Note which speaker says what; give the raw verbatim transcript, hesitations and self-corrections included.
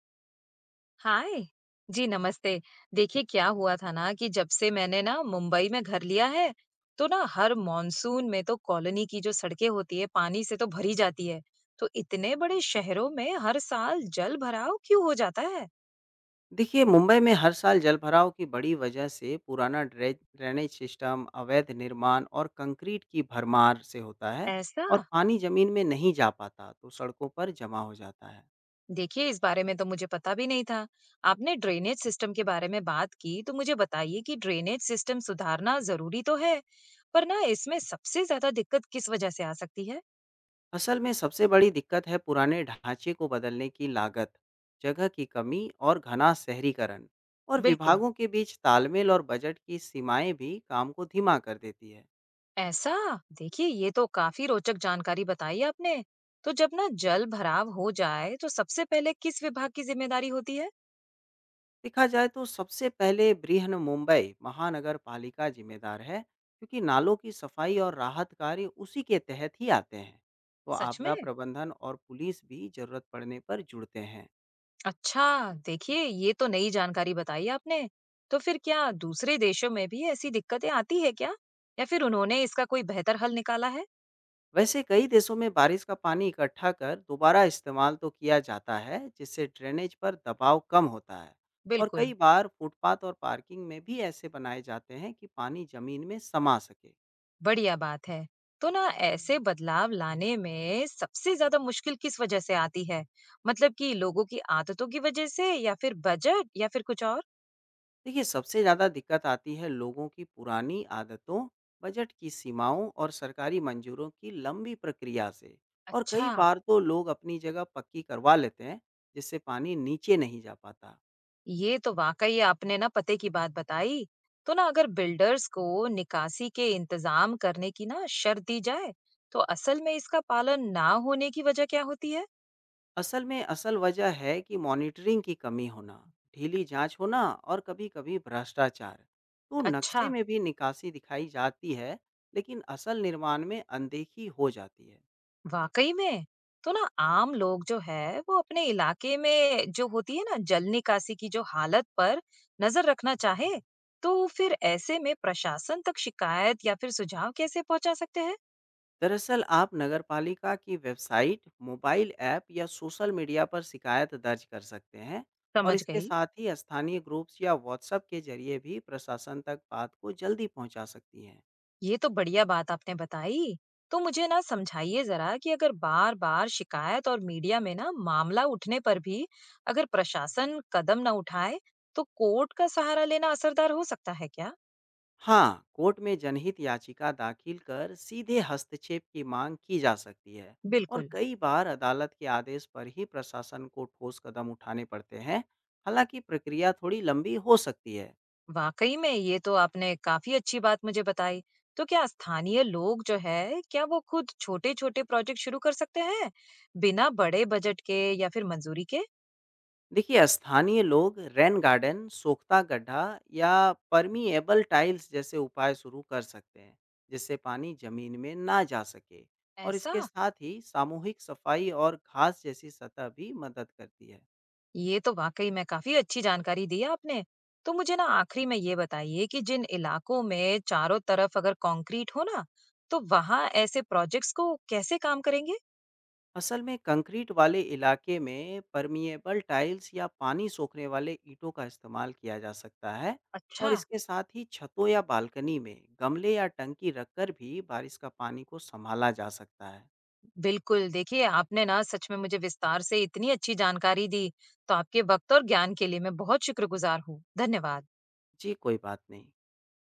Speaker 1: हाय। जी नमस्ते। देखिए क्या हुआ था ना कि जब से मैंने ना मुंबई में घर लिया है, तो ना हर मॉनसून में तो कॉलोनी की जो सड़कें होती है पानी से तो भरी जाती है। तो इतने बड़े शहरों में हर साल जल भराव क्यों हो जाता है?
Speaker 2: देखिए, मुंबई में हर साल जलभराव की बड़ी वजह से पुराना ड्रेज ड्रेनेज सिस्टम, अवैध निर्माण और कंक्रीट की भरमार से होता है।
Speaker 1: ऐसा।
Speaker 2: और पानी ज़मीन में नहीं जा पाता, तो सड़कों पर जमा हो जाता है।
Speaker 1: देखिए इस बारे में तो मुझे पता भी नहीं था। आपने ड्रेनेज सिस्टम के बारे में बात की तो मुझे बताइए कि ड्रेनेज सिस्टम सुधारना जरूरी तो है, पर ना इसमें सबसे ज्यादा दिक्कत किस वजह से आ सकती है?
Speaker 2: असल में सबसे बड़ी दिक्कत है पुराने ढांचे को बदलने की लागत, जगह की कमी और घना शहरीकरण। और
Speaker 1: बिल्कुल।
Speaker 2: विभागों के बीच तालमेल और बजट की सीमाएं भी काम को धीमा कर देती है।
Speaker 1: ऐसा? देखिए ये तो काफी रोचक जानकारी बताई आपने। तो जब ना जल भराव हो जाए तो सबसे पहले किस विभाग की जिम्मेदारी होती है?
Speaker 2: देखा जाए तो सबसे पहले बृहन्मुंबई महानगर पालिका जिम्मेदार है, क्योंकि नालों की सफाई और राहत कार्य उसी के तहत ही आते हैं। तो
Speaker 1: सच में?
Speaker 2: आपदा प्रबंधन और पुलिस भी जरूरत पड़ने पर जुड़ते हैं।
Speaker 1: अच्छा, देखिए ये तो नई जानकारी बताई आपने। तो फिर क्या दूसरे देशों में भी ऐसी दिक्कतें आती है क्या? या फिर उन्होंने इसका कोई बेहतर हल निकाला है?
Speaker 2: वैसे कई देशों में बारिश का पानी इकट्ठा कर दोबारा इस्तेमाल तो किया जाता है, जिससे ड्रेनेज पर दबाव कम होता है। और
Speaker 1: बिल्कुल,
Speaker 2: कई बार फुटपाथ और पार्किंग में भी ऐसे बनाए जाते हैं कि पानी जमीन में समा सके।
Speaker 1: बढ़िया बात है। तो ना ऐसे बदलाव लाने में सबसे ज्यादा मुश्किल किस वजह से आती है? मतलब कि लोगों की आदतों की वजह से या फिर बजट या फिर कुछ और?
Speaker 2: देखिए, सबसे ज़्यादा दिक्कत आती है लोगों की पुरानी आदतों, बजट की सीमाओं और सरकारी मंजूरों की लंबी प्रक्रिया से। और कई
Speaker 1: अच्छा,
Speaker 2: बार तो लोग अपनी जगह पक्की करवा लेते हैं, जिससे पानी नीचे नहीं जा पाता।
Speaker 1: ये तो वाकई आपने ना पते की बात बताई। तो ना अगर बिल्डर्स को निकासी के इंतजाम करने की ना शर्त दी जाए, तो असल में इसका पालन ना होने की वजह क्या होती है?
Speaker 2: असल में असल वजह है कि मॉनिटरिंग की कमी होना, ढीली जांच होना और कभी-कभी भ्रष्टाचार। तो
Speaker 1: अच्छा,
Speaker 2: नक्शे में भी निकासी दिखाई जाती है, लेकिन असल निर्माण में अनदेखी हो जाती है।
Speaker 1: वाकई में? तो ना आम लोग जो है, वो अपने इलाके में जो होती है ना जल निकासी की जो हालत पर नजर रखना चाहे, तो फिर ऐसे में प्रशासन तक शिकायत या फिर सुझाव कैसे पहुंचा सकते हैं?
Speaker 2: दरअसल आप नगरपालिका की वेबसाइट, मोबाइल ऐप या सोशल मीडिया पर शिकायत दर्ज कर सकते हैं। और
Speaker 1: समझ
Speaker 2: इसके
Speaker 1: गई।
Speaker 2: साथ ही स्थानीय ग्रुप्स या व्हाट्सएप के जरिए भी प्रशासन तक बात को जल्दी पहुंचा सकती हैं।
Speaker 1: ये तो बढ़िया बात आपने बताई। तो मुझे ना समझाइए ज़रा कि अगर बार-बार शिकायत और मीडिया में ना मामला उठने पर भी अगर प्रशासन कदम ना उठाए, तो कोर्ट का सहारा लेना असरदार हो सकता है क्या?
Speaker 2: हाँ, कोर्ट में जनहित याचिका दाखिल कर सीधे हस्तक्षेप की मांग की जा सकती है। और
Speaker 1: बिल्कुल।
Speaker 2: कई बार अदालत के आदेश पर ही प्रशासन को ठोस कदम उठाने पड़ते हैं, हालांकि प्रक्रिया थोड़ी लंबी हो सकती है।
Speaker 1: वाकई में ये तो आपने काफी अच्छी बात मुझे बताई। तो क्या स्थानीय लोग जो है, क्या वो खुद छोटे-छोटे प्रोजेक्ट शुरू कर सकते हैं, बिना बड़े बजट के या फिर मंजूरी के?
Speaker 2: देखिए, स्थानीय लोग रेन गार्डन, सोखता गड्ढा या परमिएबल टाइल्स जैसे उपाय शुरू कर सकते हैं, जिससे पानी जमीन में ना जा सके। और
Speaker 1: ऐसा?
Speaker 2: इसके साथ ही सामूहिक सफाई और घास जैसी सतह भी मदद करती है।
Speaker 1: ये तो वाकई में काफी अच्छी जानकारी दी है आपने। तो मुझे ना आखिरी में ये बताइए कि जिन इलाकों में चारों तरफ अगर कंक्रीट हो ना, तो वहां ऐसे प्रोजेक्ट्स को कैसे काम करेंगे?
Speaker 2: असल में कंक्रीट वाले इलाके में परमिएबल टाइल्स या पानी सोखने वाले ईंटों का इस्तेमाल किया जा सकता है।
Speaker 1: अच्छा।
Speaker 2: और इसके साथ ही छतों या बालकनी में गमले या टंकी रखकर भी बारिश का पानी को संभाला जा सकता है।
Speaker 1: बिल्कुल, देखिए आपने ना सच में मुझे विस्तार से इतनी अच्छी जानकारी दी। तो आपके वक्त और ज्ञान के लिए मैं बहुत शुक्रगुजार हूँ। धन्यवाद।
Speaker 2: जी, कोई बात नहीं।